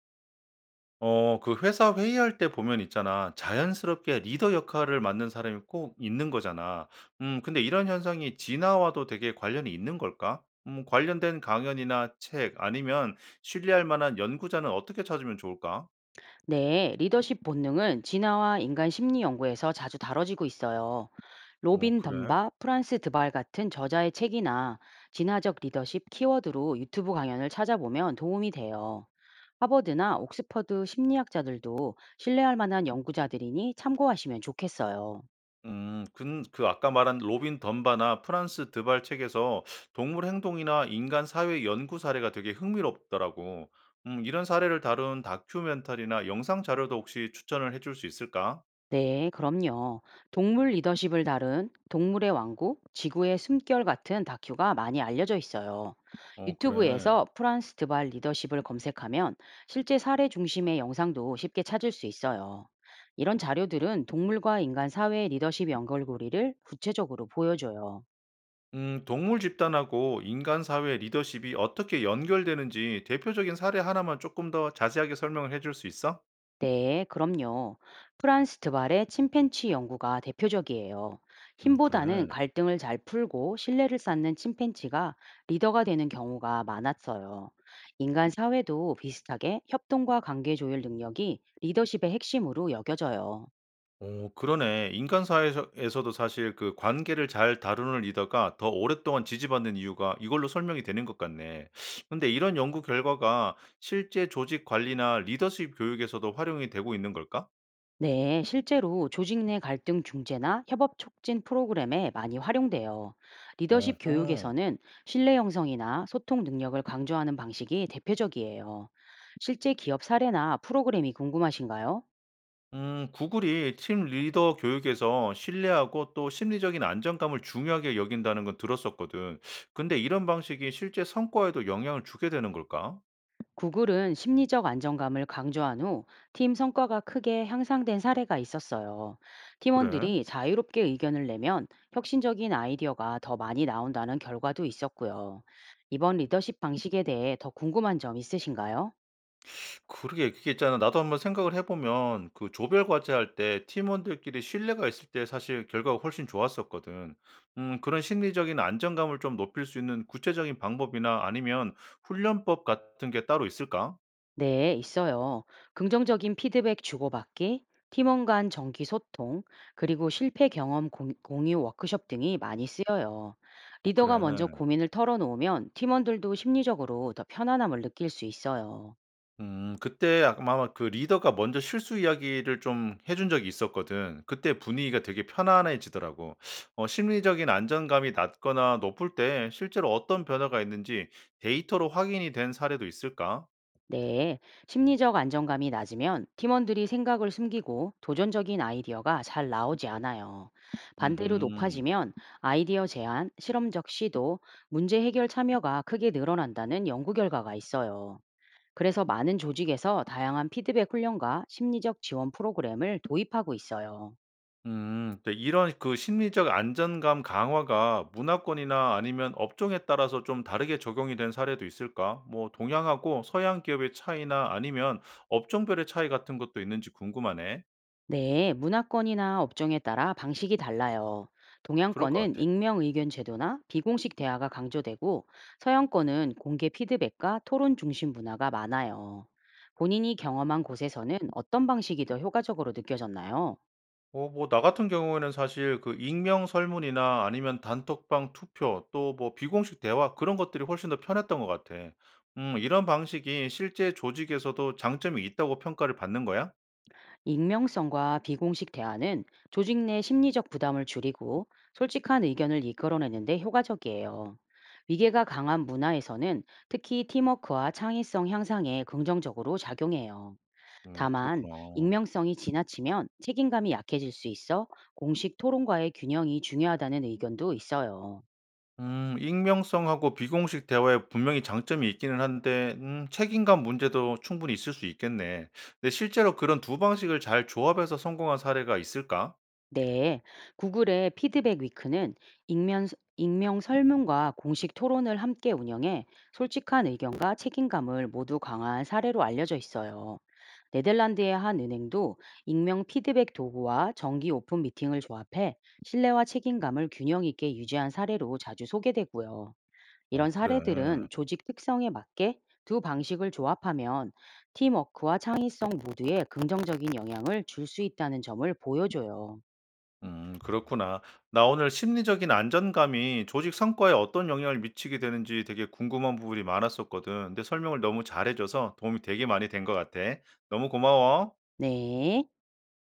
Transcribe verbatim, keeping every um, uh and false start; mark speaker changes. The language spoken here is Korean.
Speaker 1: 어 그 회사 회의할 때 보면 있잖아. 자연스럽게 리더 역할을 맡는 사람이 꼭 있는 거잖아. 음 근데 이런 현상이 진화와도 되게 관련이 있는 걸까? 음 관련된 강연이나 책 아니면 신뢰할 만한 연구자는 어떻게 찾으면 좋을까?
Speaker 2: 네, 리더십 본능은 진화와 인간 심리 연구에서 자주 다뤄지고 있어요.
Speaker 1: 어
Speaker 2: 로빈
Speaker 1: 그래?
Speaker 2: 덤바, 프란스 드발 같은 저자의 책이나 진화적 리더십 키워드로 유튜브 강연을 찾아보면 도움이 돼요. 하버드나 옥스퍼드 심리학자들도 신뢰할 만한 연구자들이니 참고하시면 좋겠어요.
Speaker 1: 음 근 그 아까 말한 로빈 덤바나 프란스 드발 책에서 동물 행동이나 인간 사회 연구 사례가 되게 흥미롭더라고. 음 이런 사례를 다룬 다큐멘터리나 영상 자료도 혹시 추천을 해줄 수 있을까?
Speaker 2: 네, 그럼요. 동물 리더십을 다룬 동물의 왕국, 지구의 숨결 같은 다큐가 많이 알려져 있어요.
Speaker 1: 어 그래.
Speaker 2: 유튜브에서 프란스 드발 리더십을 검색하면 실제 사례 중심의 영상도 쉽게 찾을 수 있어요. 이런 자료들은 동물과 인간 사회의 리더십 연결고리를 구체적으로 보여줘요.
Speaker 1: 음 동물 집단하고 인간 사회 리더십이 어떻게 연결되는지 대표적인 사례 하나만 조금 더 자세하게 설명을 해줄 수 있어?
Speaker 2: 네, 그럼요. 프란스 드발의 침팬치 연구가 대표적이에요.
Speaker 1: 음 그래.
Speaker 2: 힘보다는 갈등을 잘 풀고 신뢰를 쌓는 침팬치가 리더가 되는 경우가 많았어요. 인간 사회도 비슷하게 협동과 관계 조율 능력이 리더십의 핵심으로 여겨져요.
Speaker 1: 오 그러네. 인간 사회에서 에서도 사실 그 관계를 잘 다루는 리더가 더 오랫동안 지지받는 이유가 이걸로 설명이 되는 것 같네. 근데 이런 연구 결과가 실제 조직 관리나 리더십 교육에서도 활용이 되고 있는 걸까?
Speaker 2: 네, 실제로 조직 내 갈등 중재나 협업 촉진 프로그램에 많이 활용돼요. 리더십
Speaker 1: 어허.
Speaker 2: 교육에서는 신뢰 형성이나 소통 능력을 강조하는 방식이 대표적이에요. 실제 기업 사례나 프로그램이 궁금하신가요?
Speaker 1: 음, 구글이 팀 리더 교육에서 신뢰하고 또 심리적인 안정감을 중요하게 여긴다는 건 들었었거든. 근데 이런 방식이 실제 성과에도 영향을 주게 되는 걸까?
Speaker 2: 구글은 심리적 안정감을 강조한 후 팀 성과가 크게 향상된 사례가 있었어요.
Speaker 1: 그래?
Speaker 2: 팀원들이 자유롭게 의견을 내면 혁신적인 아이디어가 더 많이 나온다는 결과도 있었고요. 이번 리더십 방식에 대해 더 궁금한 점 있으신가요?
Speaker 1: 그러게, 그게 있잖아. 나도 한번 생각을 해보면 그 조별 과제 할 때 팀원들끼리 신뢰가 있을 때 사실 결과가 훨씬 좋았었거든. 음, 그런 심리적인 안정감을 좀 높일 수 있는 구체적인 방법이나 아니면 훈련법 같은 게 따로 있을까?
Speaker 2: 네, 있어요. 긍정적인 피드백 주고받기, 팀원 간 정기 소통, 그리고 실패 경험 공- 공유 워크숍 등이 많이 쓰여요.
Speaker 1: 어,
Speaker 2: 리더가 먼저
Speaker 1: 그래.
Speaker 2: 고민을 털어놓으면 팀원들도 심리적으로 더 편안함을 느낄 수 있어요.
Speaker 1: 음 그때 아마 그 리더가 먼저 실수 이야기를 좀 해준 적이 있었거든. 그때 분위기가 되게 편안해지더라고. 어 심리적인 안정감이 낮거나 높을 때 실제로 어떤 변화가 있는지 데이터로 확인이 된 사례도 있을까?
Speaker 2: 네, 심리적 안정감이 낮으면 팀원들이 생각을 숨기고 도전적인 아이디어가 잘 나오지 않아요. 반대로
Speaker 1: 음음.
Speaker 2: 높아지면 아이디어 제안, 실험적 시도, 문제 해결 참여가 크게 늘어난다는 연구 결과가 있어요. 그래서 많은 조직에서 다양한 피드백 훈련과 심리적 지원 프로그램을 도입하고 있어요.
Speaker 1: 음. 네 이런 그 심리적 안정감 강화가 문화권이나 아니면 업종에 따라서 좀 다르게 적용이 된 사례도 있을까? 뭐 동양하고 서양 기업의 차이나 아니면 업종별의 차이 같은 것도 있는지 궁금하네.
Speaker 2: 네, 문화권이나 업종에 따라 방식이 달라요.
Speaker 1: 그럴 것
Speaker 2: 동양권은
Speaker 1: 같아.
Speaker 2: 익명 의견 제도나 비공식 대화가 강조되고 서양권은 공개 피드백과 토론 중심 문화가 많아요. 본인이 경험한 곳에서는 어떤 방식이 더 효과적으로 느껴졌나요?
Speaker 1: 어 뭐 나 같은 경우에는 사실 그 익명 설문이나 아니면 단톡방 투표 또 뭐 비공식 대화 그런 것들이 훨씬 더 편했던 것 같아. 음 이런 방식이 실제 조직에서도 장점이 있다고 평가를 받는 거야?
Speaker 2: 익명성과 비공식 대화는 조직 내 심리적 부담을 줄이고 솔직한 의견을 이끌어내는데 효과적이에요. 위계가 강한 문화에서는 특히 팀워크와 창의성 향상에 긍정적으로 작용해요.
Speaker 1: 음
Speaker 2: 다만,
Speaker 1: 그렇구나.
Speaker 2: 익명성이 지나치면 책임감이 약해질 수 있어 공식 토론과의 균형이 중요하다는 의견도 있어요.
Speaker 1: 음 익명성하고 비공식 대화에 분명히 장점이 있기는 한데 음 책임감 문제도 충분히 있을 수 있겠네. 근데 실제로 그런 두 방식을 잘 조합해서 성공한 사례가 있을까?
Speaker 2: 네, 구글의 피드백 위크는 익명, 익명 설문과 공식 토론을 함께 운영해 솔직한 의견과 책임감을 모두 강화한 사례로 알려져 있어요. 네덜란드의 한 은행도 익명 피드백 도구와 정기 오픈 미팅을 조합해 신뢰와 책임감을 균형 있게 유지한 사례로 자주 소개되고요.
Speaker 1: 어
Speaker 2: 이런
Speaker 1: 그래.
Speaker 2: 사례들은 조직 특성에 맞게 두 방식을 조합하면 팀워크와 창의성 모두에 긍정적인 영향을 줄 수 있다는 점을 보여줘요.
Speaker 1: 음, 그렇구나. 나 오늘 심리적인 안전감이 조직 성과에 어떤 영향을 미치게 되는지 되게 궁금한 부분이 많았었거든. 근데 설명을 너무 잘해줘서 도움이 되게 많이 된 것 같아. 너무 고마워.
Speaker 2: 네.